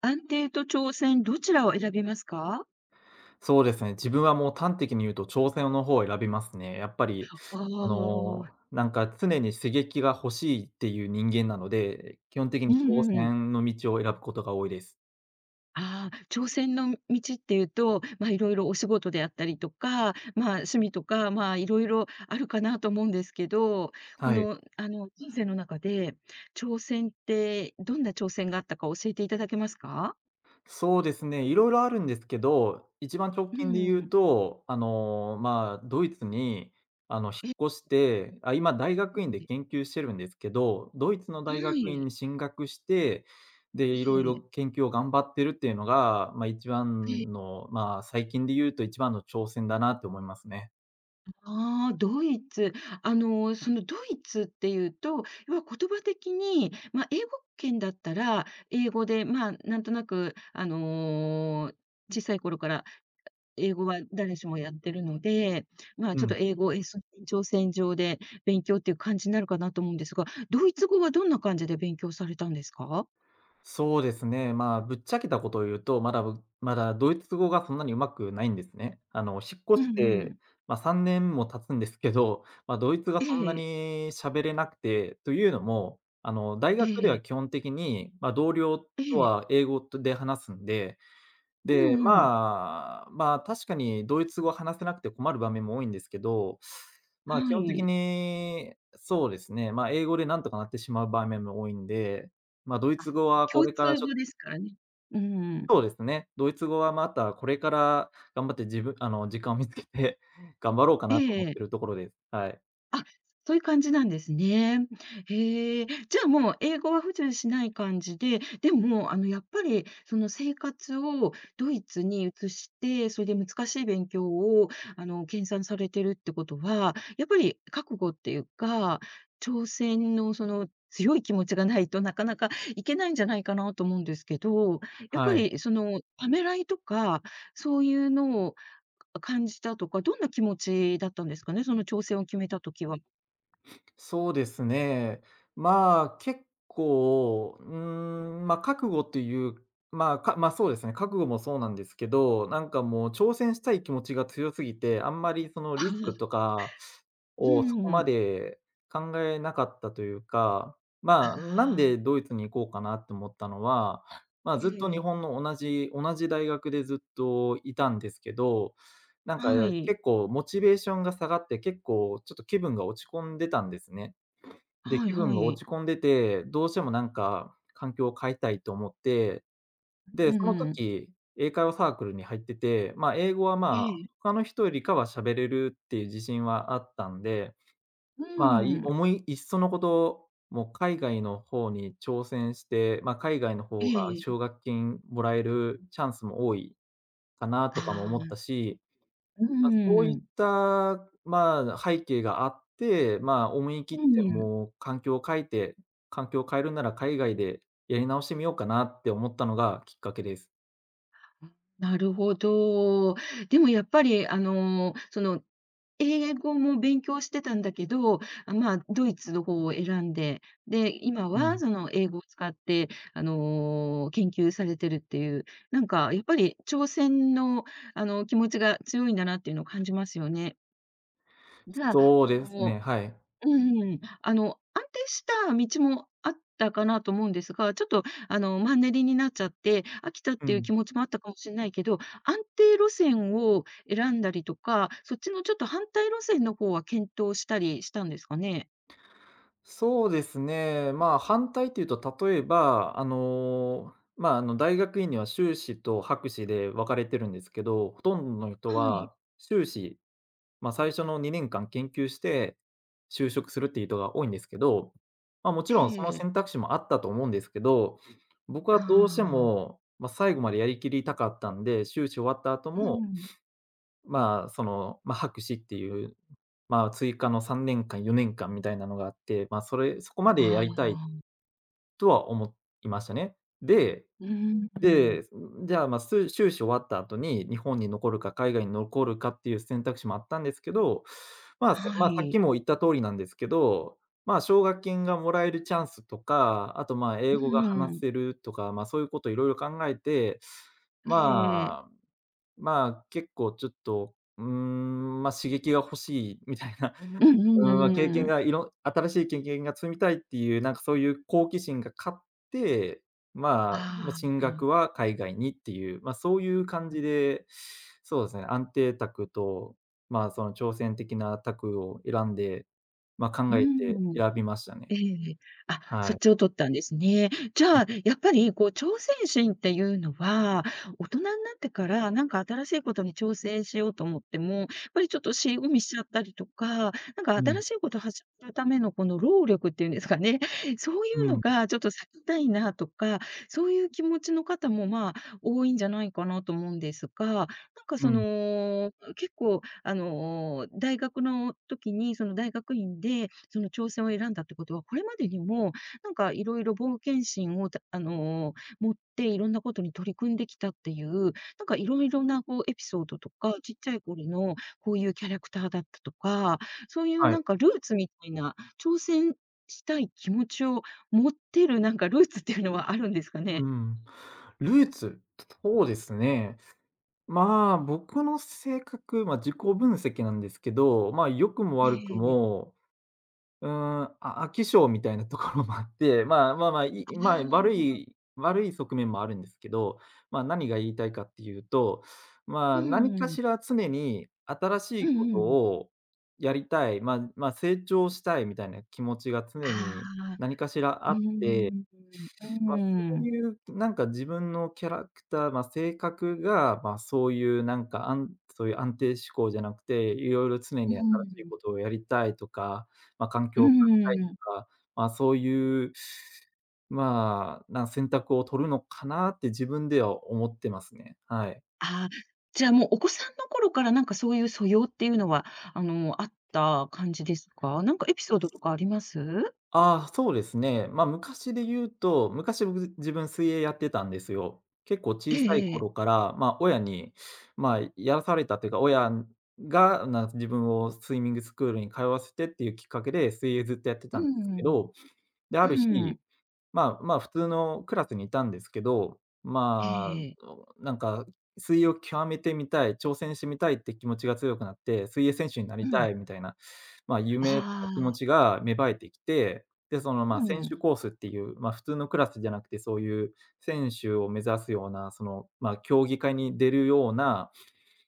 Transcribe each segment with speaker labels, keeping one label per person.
Speaker 1: 安定と挑戦、どちらを選びますか？
Speaker 2: そうですね、自分はもう端的に言うと挑戦の方を選びますね。やっぱり、
Speaker 1: ああ、
Speaker 2: 常に刺激が欲しいっていう人間なので、基本的
Speaker 1: う
Speaker 2: に挑
Speaker 1: んうん。
Speaker 2: 戦の道を選ぶことが多いです。
Speaker 1: ああ、挑戦の道っていうと、まあ、いろいろお仕事であったりとか、まあ、趣味とか、まあ、いろいろあるかなと思うんですけど、こ
Speaker 2: はい。
Speaker 1: の、あの、人生の中で、挑戦ってどんな挑戦があったか教えていただけますか？
Speaker 2: そうですね、いろいろあるんですけど、一番直
Speaker 1: う
Speaker 2: 近で言う
Speaker 1: ん。
Speaker 2: と、ドイツに、引
Speaker 1: え、
Speaker 2: っ越して、今大
Speaker 1: は
Speaker 2: 学院で
Speaker 1: い。
Speaker 2: 研究してるんですけど、ドイツの大
Speaker 1: は
Speaker 2: 学院
Speaker 1: い。
Speaker 2: に進学して、で、
Speaker 1: え
Speaker 2: いろいろ
Speaker 1: え。
Speaker 2: 研究を頑張ってるっていうのが、まあ、一
Speaker 1: え
Speaker 2: 番
Speaker 1: え。
Speaker 2: の、まあ、最近で言うと一番の挑戦だなって思いますね。
Speaker 1: ああ、ドイツ。あの、そのドイツっていうと、要は言葉的に、まあ、英語圏だったら、英語で、まあ、なんとなく、あの、小さい頃から英語は誰しもやってるので、まあ、
Speaker 2: う
Speaker 1: ちょっ
Speaker 2: ん。
Speaker 1: と英語を延長線上で勉強っていう感じになるかなと思うんですが、ドイツ語はどんな感じで勉強されたんですか？
Speaker 2: そうですね。ぶっちゃけたことを言うと、まだぶまだドイツ語がそんなに上手くないんですね。引っ
Speaker 1: う
Speaker 2: 越し
Speaker 1: んう
Speaker 2: て、
Speaker 1: ん。
Speaker 2: 3年も経つんですけど、ドイツが
Speaker 1: え
Speaker 2: そんな
Speaker 1: え、
Speaker 2: に喋れなくて、というのも、大
Speaker 1: え
Speaker 2: 学では
Speaker 1: え、
Speaker 2: 基本的に、同僚
Speaker 1: え
Speaker 2: と
Speaker 1: え。
Speaker 2: は英語で話すんで、
Speaker 1: う
Speaker 2: で、
Speaker 1: んうん。
Speaker 2: 確かにドイツ語を話せなくて困る場面も多いんですけど、まあ、基
Speaker 1: は
Speaker 2: 本的
Speaker 1: い。
Speaker 2: にそうですね、英語でなんとかなってしまう場面も多いんで、ドイ
Speaker 1: あ、
Speaker 2: ツ語はこ
Speaker 1: 共
Speaker 2: れから
Speaker 1: 通
Speaker 2: ちょっと、
Speaker 1: 語ですからね。うん。
Speaker 2: そうですね、ドイツ語はまたこれから頑張って自分あの、時間を見つけて 頑張ろうか
Speaker 1: え
Speaker 2: なと思っ
Speaker 1: え。
Speaker 2: てるところです。はい。
Speaker 1: あ、そういう感じなんですね。へえ。じゃあ、もう英語は不自由しない感じで、でも、あの、やっぱり、その、生活をドイツに移して、それで難しい勉強を、あの、研鑽されてるってことは、やっぱり覚悟っていうか、挑戦の、その、強い気持ちがないとなかなかいけないんじゃないかなと思うんですけど、やっぱ
Speaker 2: はい。
Speaker 1: り、その、ためらいとか、そういうのを感じたとか、どんな気持ちだったんですかね？その挑戦を決めた時は。
Speaker 2: そうですね。結構、覚悟っていう、そうですね、覚悟もそうなんですけど、なんかもう挑戦したい気持ちが強すぎて、あんまりその リスク
Speaker 1: あ、
Speaker 2: とか
Speaker 1: う
Speaker 2: をそ
Speaker 1: ん
Speaker 2: こ
Speaker 1: う
Speaker 2: ま
Speaker 1: ん。
Speaker 2: で考えなかったというか、なん
Speaker 1: あ
Speaker 2: で
Speaker 1: あ、
Speaker 2: ドイツに行こうかなって思ったのは、
Speaker 1: え
Speaker 2: ずっと日本
Speaker 1: え。
Speaker 2: の同じ大学でずっといたんですけど、なんか、
Speaker 1: はい。
Speaker 2: 結構モチベーションが下がって、結構ちょっと気分が落ち込んでたんですね。で、
Speaker 1: はい
Speaker 2: 気分
Speaker 1: は
Speaker 2: が
Speaker 1: い。
Speaker 2: 落ち込んでて、どうしてもなんか環境を変えたいと思って、
Speaker 1: う
Speaker 2: で、
Speaker 1: ん
Speaker 2: その
Speaker 1: うん。
Speaker 2: 時、英会話サークルに入ってて、英語は、
Speaker 1: ええ。
Speaker 2: 他の人よりかは喋れるっていう自信はあったんで、
Speaker 1: う
Speaker 2: まあ、
Speaker 1: ん
Speaker 2: い
Speaker 1: うん。
Speaker 2: 思いいっそのこと、もう海外の方に挑戦して、海外の方が
Speaker 1: え
Speaker 2: 奨
Speaker 1: え
Speaker 2: 学金もらえるチャンスも多いかなとかも
Speaker 1: あ
Speaker 2: 思った
Speaker 1: あ。
Speaker 2: し、
Speaker 1: う
Speaker 2: そういっ
Speaker 1: ん。
Speaker 2: た、背景があって、思い切っ
Speaker 1: う
Speaker 2: て
Speaker 1: ん。
Speaker 2: もう環境を変えて、環境を変えるなら海外でやり直してみようかなって思ったのがきっかけです。
Speaker 1: なるほど。でもやっぱり、あの、その、英語も勉強してたんだけど、あ、まあ、ドイツの方を選んで、で、今
Speaker 2: う
Speaker 1: は
Speaker 2: ん。
Speaker 1: その英語を使って、あの、研究されてるっていう、なんかやっぱり挑戦の、あの、気持ちが強いんだなっていうのを感じますよね。じゃあ、
Speaker 2: そう
Speaker 1: あ
Speaker 2: です
Speaker 1: の
Speaker 2: ね、はい。
Speaker 1: うんうん、あの、安定した道もあったかなと思うんですが、ちょっと、あの、マンネリになっちゃって、飽きたっ
Speaker 2: う
Speaker 1: ていう気
Speaker 2: ん。
Speaker 1: 持ちもあったかもしれないけど、安定路線を選んだりとか、そっちのちょっと反対路線の方は検討したりしたんですかね？
Speaker 2: そうですね、反対というと、例えば、大学院には修士と博士で分かれてるんですけど、ほとんどの人
Speaker 1: はい。
Speaker 2: は修士、最初の2年間研究して、就職するっていう人が多いんですけど、もち
Speaker 1: え
Speaker 2: ろんその
Speaker 1: え。
Speaker 2: 選択肢もあったと思うんですけど、僕はどうして
Speaker 1: あ
Speaker 2: も、最後までやりきりたかったんで、修士終わった後
Speaker 1: あ、う
Speaker 2: も、
Speaker 1: ん。
Speaker 2: 博士っていう、追加の3年間、4年間みたいなのがあって、そこまでや
Speaker 1: あ
Speaker 2: りたい
Speaker 1: あ、
Speaker 2: とは思いましたね。で、
Speaker 1: うーん。
Speaker 2: じゃあ、まあ、す修士終わった後に、日本に残るか、海外に残るかっていう選択肢もあったんですけど、まあ、さ
Speaker 1: は
Speaker 2: まあ、さっき
Speaker 1: い。
Speaker 2: も言った通りなんですけど、奨学金がもらえるチャンスとか、あと、英
Speaker 1: う
Speaker 2: 語が話
Speaker 1: ん。
Speaker 2: せるとか、そういうこといろいろ考えて、
Speaker 1: ええ。
Speaker 2: まあ結構ちょっと、刺激が欲しいみたいな、
Speaker 1: うんうんう
Speaker 2: うん、ま
Speaker 1: ん
Speaker 2: あ、
Speaker 1: う
Speaker 2: 経
Speaker 1: ん
Speaker 2: 験
Speaker 1: うん。
Speaker 2: がいろん新しい経験が積みたいっていう、なんかそういう好奇心が勝って、
Speaker 1: あ
Speaker 2: 進学
Speaker 1: あ。
Speaker 2: は海外にっていう、そういう感じで、そうですね、安定卓と、その挑戦的な卓を選んで、考
Speaker 1: う
Speaker 2: えて
Speaker 1: ん。
Speaker 2: 選びましたね。
Speaker 1: ええ。あ、
Speaker 2: は
Speaker 1: そっ
Speaker 2: い。
Speaker 1: ちを取ったんですね。じゃあ、やっぱりこう挑戦心っていうのは、大人になってからなんか新しいことに挑戦しようと思っても、やっぱりちょっと尻込みしちゃったりとか、なんか
Speaker 2: う
Speaker 1: 新
Speaker 2: ん、
Speaker 1: しいことを始めるためのこの労力っていうんですかね、そうい
Speaker 2: う
Speaker 1: うの
Speaker 2: ん、
Speaker 1: がちょっと避けたいなとか、そういう気持ちの方もまあ多いんじゃないかなと思うんですが、なんか
Speaker 2: う
Speaker 1: そ
Speaker 2: ん、
Speaker 1: の、結構あの、大学の時に、その大学院で、その挑戦を選んだってことは、これまでにも、なんかいろいろ冒険心をあの、持っていろんなことに取り組んできたっていう、なんかいろいろなこうエピソードとか、ちっちゃい頃のこういうキャラクターだったとか、そういう
Speaker 2: はい。
Speaker 1: なんかルーツみたいな、挑戦したい気持ちを持ってるなんかルーツっていうのはあるんですか
Speaker 2: う
Speaker 1: ね？
Speaker 2: ん。ルーツ、そうですね。僕の性格、自己分析なんですけど、良くも悪く
Speaker 1: ええ。
Speaker 2: も、飽き性みたいなところもあって、まあまあまあ、い
Speaker 1: あ
Speaker 2: いまあ、悪い
Speaker 1: あ。
Speaker 2: 悪い側面もあるんですけど、何が言いたいかっていうと、
Speaker 1: う
Speaker 2: 何
Speaker 1: んう
Speaker 2: か
Speaker 1: ん。
Speaker 2: しら常に新し
Speaker 1: う
Speaker 2: いこ
Speaker 1: んう
Speaker 2: と
Speaker 1: ん。
Speaker 2: をやりたい、成長したいみたいな気持ちが常
Speaker 1: あ
Speaker 2: に
Speaker 1: あ、
Speaker 2: 何かしら
Speaker 1: う
Speaker 2: あ
Speaker 1: ー
Speaker 2: っ
Speaker 1: ん、うー
Speaker 2: そう
Speaker 1: ん、
Speaker 2: いう、なんか自分のキャラクター、性格が、まあ、そういうなんか、あんそういう安定志向じゃなくて、いろいろ常に
Speaker 1: うー
Speaker 2: 新しい
Speaker 1: ん、
Speaker 2: ことをやりたいとか、環
Speaker 1: うー
Speaker 2: 境を変えたい
Speaker 1: ん。
Speaker 2: とか、まあ、そういう、まあ、な選択を取るのかなって自分では思ってますね。はい。
Speaker 1: ああ、じゃあもうお子さんの頃からなんかそういう素養っていうのは、あの、あった感じですか？なんかエピソードとかあります？
Speaker 2: ああ、そうですね。昔で言うと、昔僕、水泳やってたんですよ。結構
Speaker 1: え
Speaker 2: 小さい
Speaker 1: えええ。
Speaker 2: 頃から、親に、やらされたというか、親が自分をスイミングスクールに通わせてっていうきっかけで、水泳ずっとやって
Speaker 1: う
Speaker 2: たんですけ
Speaker 1: んうん
Speaker 2: ど、で、ある日、普通のクラスにいたんですけど、
Speaker 1: え
Speaker 2: ま
Speaker 1: ええ。
Speaker 2: あ、なんか、水泳を極めてみたい、挑戦してみたいって気持ちが強くなって、水泳選手にな
Speaker 1: う
Speaker 2: り
Speaker 1: ん。
Speaker 2: たいみたいな、夢とか
Speaker 1: あ
Speaker 2: 気持
Speaker 1: あ、
Speaker 2: ちが芽生えてきて、で、
Speaker 1: う
Speaker 2: 選手
Speaker 1: ん、
Speaker 2: コースっていう、普通のクラスじゃなくて、そういう選手を目指すような、競技会に出るような、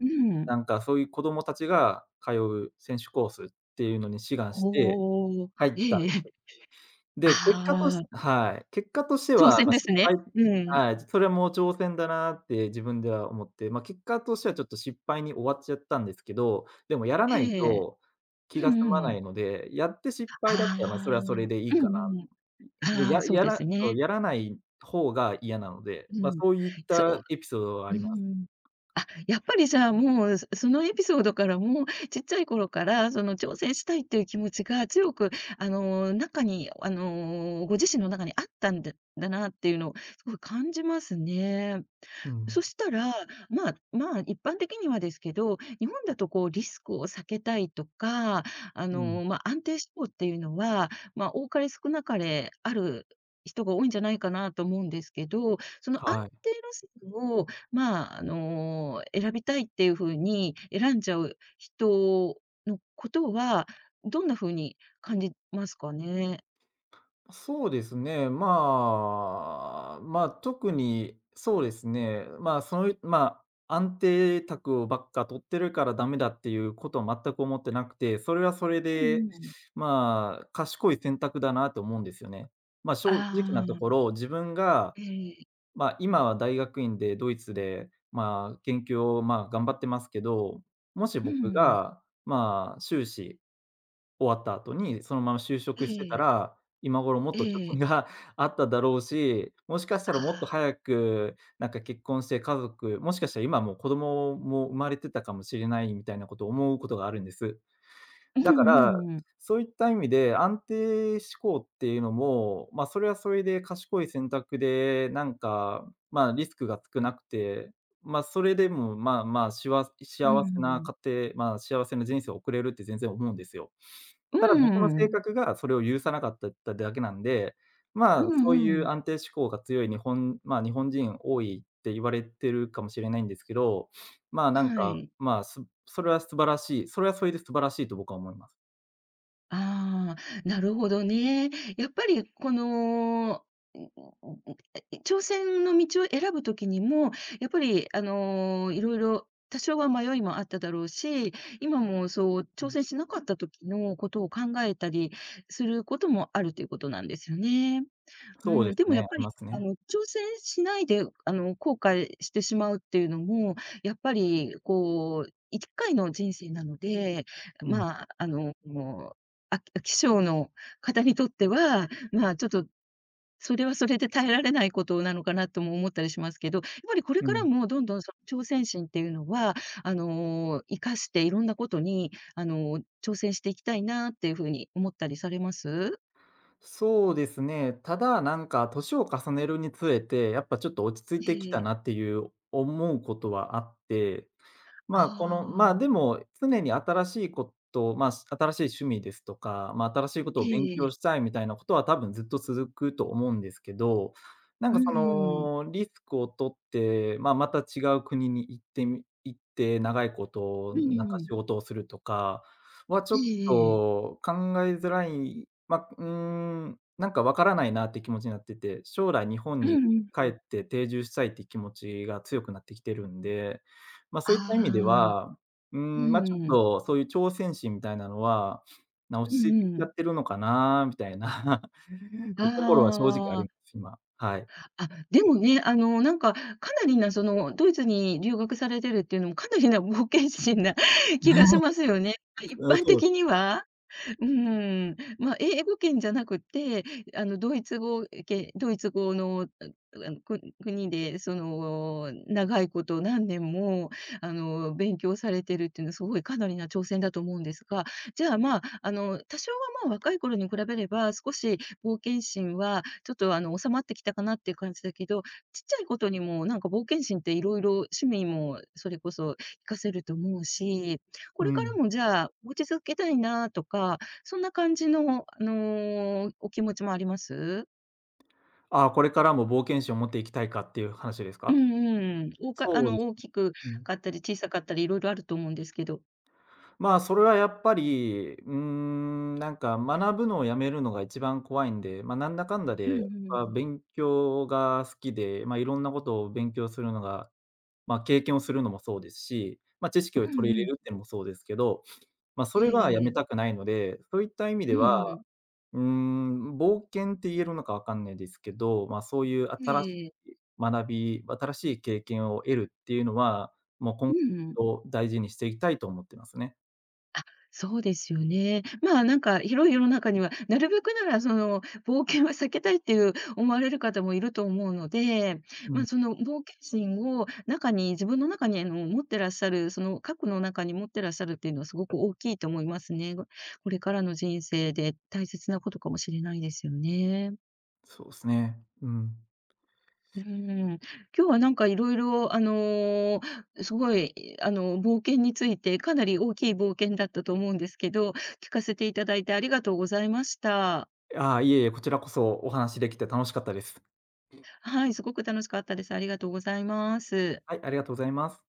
Speaker 1: うん。
Speaker 2: なんかそういう子供たちが通う選手コースっていうのに志願して
Speaker 1: ほお。
Speaker 2: 入っ
Speaker 1: え
Speaker 2: た
Speaker 1: ええ
Speaker 2: んで
Speaker 1: え。
Speaker 2: す。で、
Speaker 1: ああ、
Speaker 2: 結果として
Speaker 1: 挑
Speaker 2: は、
Speaker 1: 戦で
Speaker 2: 失
Speaker 1: すね。
Speaker 2: 敗、
Speaker 1: うん。
Speaker 2: はい、それも挑戦だなって自分では思って、結果としてはちょっと失敗に終わっちゃったんですけど、でもやらない
Speaker 1: ええ。
Speaker 2: と気
Speaker 1: う
Speaker 2: が済ま
Speaker 1: んう
Speaker 2: ない
Speaker 1: ん。
Speaker 2: ので、やって失敗だったら、それ
Speaker 1: ああ、
Speaker 2: はそれでいい
Speaker 1: う
Speaker 2: かな。
Speaker 1: んうん。
Speaker 2: もう
Speaker 1: ああ、
Speaker 2: や
Speaker 1: そう
Speaker 2: や
Speaker 1: で
Speaker 2: ら
Speaker 1: す
Speaker 2: そう、
Speaker 1: ね。
Speaker 2: やらない方が嫌なので、
Speaker 1: うん。
Speaker 2: そういっ
Speaker 1: そ
Speaker 2: たエピソードはあ
Speaker 1: う、う
Speaker 2: ります。
Speaker 1: ん。あ、やっぱりじゃあ、もう、そのエピソードからも、ちっちゃい頃から、その挑戦したいっていう気持ちが強く、あの、中に、あの、ご自身の中にあったんだなっていうのをすごい感じますね。
Speaker 2: うん。
Speaker 1: そしたら、まあまあ、一般的にはですけど、日本だとこうリスクを避けたいとか、あ
Speaker 2: うん。
Speaker 1: の、まあ、安定志向っていうのは、まあ、多かれ少なかれある人が多いんじゃないかなと思うんですけど、その安
Speaker 2: はい。
Speaker 1: 定路線を、まあ、あの、選びたいっていう風に選んじゃう人のことは、どんな風に感じますかね？
Speaker 2: そうですね。まあ、特に、そうですね。まあ、そういう、まあ、安定託をばっか取ってるからダメだっていうことは全く思ってなくて、それはそれ
Speaker 1: う
Speaker 2: で、
Speaker 1: んうん。
Speaker 2: 賢い選択だなと思うんですよね。正直な
Speaker 1: あ
Speaker 2: とこ
Speaker 1: あ、
Speaker 2: ろ、自分が、
Speaker 1: ええ。
Speaker 2: 今は大学院でドイツで、研究を、頑張ってますけど、もし
Speaker 1: う
Speaker 2: 僕
Speaker 1: んうん。
Speaker 2: が、修士終わった後に、そのまま就職してた
Speaker 1: ええ、
Speaker 2: ら、今頃もっ
Speaker 1: え
Speaker 2: と貯金
Speaker 1: え、
Speaker 2: が あっただろうし、もしかしたらもっと
Speaker 1: ああ。
Speaker 2: 早く、なんか結婚して家族、もしかしたら今もう子供も生まれてたかもしれないみたいなことを思うことがあるんです。
Speaker 1: うん
Speaker 2: だ
Speaker 1: う
Speaker 2: から、
Speaker 1: んうん。
Speaker 2: そういった意味で安定志向っていうのも、それはそれで賢い選択で、リスクが少なくて、まあ、それでも、
Speaker 1: う
Speaker 2: 幸せな
Speaker 1: ん。
Speaker 2: 家庭、幸せな人生を送れるって全然思うんですよ。
Speaker 1: う
Speaker 2: ただ僕の
Speaker 1: ん
Speaker 2: 性
Speaker 1: うん。
Speaker 2: 格がそれを許さなかったっただけなんで、
Speaker 1: う
Speaker 2: まあ、そう
Speaker 1: んう
Speaker 2: いう
Speaker 1: ん。
Speaker 2: 安定志向が強い日本人多いって言われてるかもしれないんですけど、まあ、なん
Speaker 1: は
Speaker 2: か、
Speaker 1: い。
Speaker 2: まあ、すそれは素晴らしいそれはそれで素晴らしいと僕は思います。
Speaker 1: ああ、なるほどね。やっぱりこの、んんん挑戦の道を選ぶ時にも、やっぱりあの、いろいろ多少は迷いもあっただろうし、今もそう
Speaker 2: う
Speaker 1: 挑
Speaker 2: ん。
Speaker 1: 戦しなかった時のことを考えたりすることもあるということなんですよね。う
Speaker 2: そうで
Speaker 1: ん、
Speaker 2: す
Speaker 1: でもや
Speaker 2: ね、あ
Speaker 1: っぱ
Speaker 2: り
Speaker 1: り、
Speaker 2: ます
Speaker 1: あ
Speaker 2: ね。
Speaker 1: の、挑戦しないで、あの、後悔してしまうっていうのも、やっぱり、こう、1回の人生なので、
Speaker 2: うん、
Speaker 1: まあ、あの、もう、あ飽き性の方にとっては、まあ、ちょっと、それはそれで耐えられないことなのかなとも思ったりしますけど、やっぱりこれ
Speaker 2: う
Speaker 1: から
Speaker 2: ん。
Speaker 1: もどんどんその挑戦心っていうのは、あの、活かしていろんなことに、あの、挑戦していきたいなっていうふうに思ったりされます？
Speaker 2: そうですね、ただ、なんか年を重ねるにつれて、やっぱちょっと落ち着いてきた
Speaker 1: え
Speaker 2: な
Speaker 1: え。
Speaker 2: っていう思うことはあって、まあ、この、ま
Speaker 1: あ
Speaker 2: あ、
Speaker 1: あ、
Speaker 2: でも、常に新しいことを、新しい趣味ですとか、新しいこと
Speaker 1: え
Speaker 2: を勉強
Speaker 1: え。
Speaker 2: したいみたいなことは多分ずっと続くと思うんですけど、なん
Speaker 1: う
Speaker 2: かそ
Speaker 1: ん。
Speaker 2: のリスクを取って、また違う国に行って長いこと
Speaker 1: うん
Speaker 2: なんか
Speaker 1: うん。
Speaker 2: 仕事をするとかはち
Speaker 1: え
Speaker 2: ょっ
Speaker 1: えええ。
Speaker 2: と考えづらい、なんかわからないなって気持ちになってて、将来日本
Speaker 1: う
Speaker 2: に
Speaker 1: ん
Speaker 2: 帰
Speaker 1: うん。
Speaker 2: って定住したいって気持ちが強くなってきてるんで、そういった意味で
Speaker 1: ああ、
Speaker 2: は、う
Speaker 1: う
Speaker 2: ん、まあ、ちょっ
Speaker 1: ん。
Speaker 2: とそういう挑戦心みたいなのは、
Speaker 1: う
Speaker 2: 落ち着い
Speaker 1: ん
Speaker 2: てき
Speaker 1: う
Speaker 2: ちゃ
Speaker 1: ん。
Speaker 2: ってるのかなみたいな ところは正直あり
Speaker 1: あ
Speaker 2: ま
Speaker 1: あ、
Speaker 2: す、今。はい。
Speaker 1: あ、でもね、あの、なんか、かなりな、その、ドイツに留学されてるっていうのも、かなりな冒険心な 気がし ますよね。一
Speaker 2: うん、
Speaker 1: 般
Speaker 2: そうで
Speaker 1: 的に
Speaker 2: す。
Speaker 1: は。うん、まあ、英語圏じゃなくて、あの、ドイツ語の、あ国で、その、長いこと何年も、あの、勉強されてるっていうのはすごいかなりな挑戦だと思うんですが、じゃあ、まあ、あの、多少は、まあ、若い頃に比べれば、少し冒険心はちょっと、あの、収まってきたかなっていう感じだけど、ちっちゃいことにも、なんか、冒険心っていろいろ趣味もそれこそ活かせると思うし、こ
Speaker 2: う
Speaker 1: れから
Speaker 2: ん。
Speaker 1: も、じゃあ、持ち続けたいなとかそんな感じの、あの、お気持ちもあります？
Speaker 2: ああ、これからも冒険心を持っていきたいかっていう話です
Speaker 1: う
Speaker 2: か？
Speaker 1: んうん。あ
Speaker 2: そうで
Speaker 1: の、
Speaker 2: す。
Speaker 1: 大きく
Speaker 2: うん。
Speaker 1: かったり小さかったりいろいろあると思うんですけど。
Speaker 2: それはやっぱり、うーん、なんか学ぶのをやめるのが一番怖いんで、なんだかんだ
Speaker 1: う
Speaker 2: で、
Speaker 1: んうんう
Speaker 2: 僕は
Speaker 1: ん。
Speaker 2: 勉強が好きで、いろんなことを勉強するのが、経験をするのもそうですし、知識を
Speaker 1: う
Speaker 2: 取り入れ
Speaker 1: ん
Speaker 2: るっていうのもそうですけど、それはやめ
Speaker 1: ええ
Speaker 2: たくないので、そういった意味
Speaker 1: う
Speaker 2: で
Speaker 1: ん
Speaker 2: は、
Speaker 1: うん。
Speaker 2: うーん、冒険って言えるのかわかんないですけど、そういう
Speaker 1: え
Speaker 2: 新し
Speaker 1: えええ。
Speaker 2: い学び、新しい経験を得るっていうのは、もう今
Speaker 1: うんうん。
Speaker 2: 後大事にしていきたいと思ってますね。
Speaker 1: そうですよね。まあ、なんか広い世の中には、なるべくならその冒険は避けたいっていう思われる方もいると思うので、
Speaker 2: う
Speaker 1: ま
Speaker 2: ん、
Speaker 1: あ、その冒険心を中に、自分の中にあの持ってらっしゃる、その核の中に持ってらっしゃるっていうのはすごく大きいと思いますね。これからの人生で大切なことかもしれないですよね。
Speaker 2: そうですね。うん。
Speaker 1: うーん。今日はなんかいろいろあの、すごいあの、冒険について、かなり大きい冒険だったと思うんですけど、聞かせていただいてありがとうございました。
Speaker 2: ああ、いえいえ、こちらこそお話しできて楽しかったです。
Speaker 1: はい、すごく楽しかったです。ありがとうございます。
Speaker 2: はい、ありがとうございます。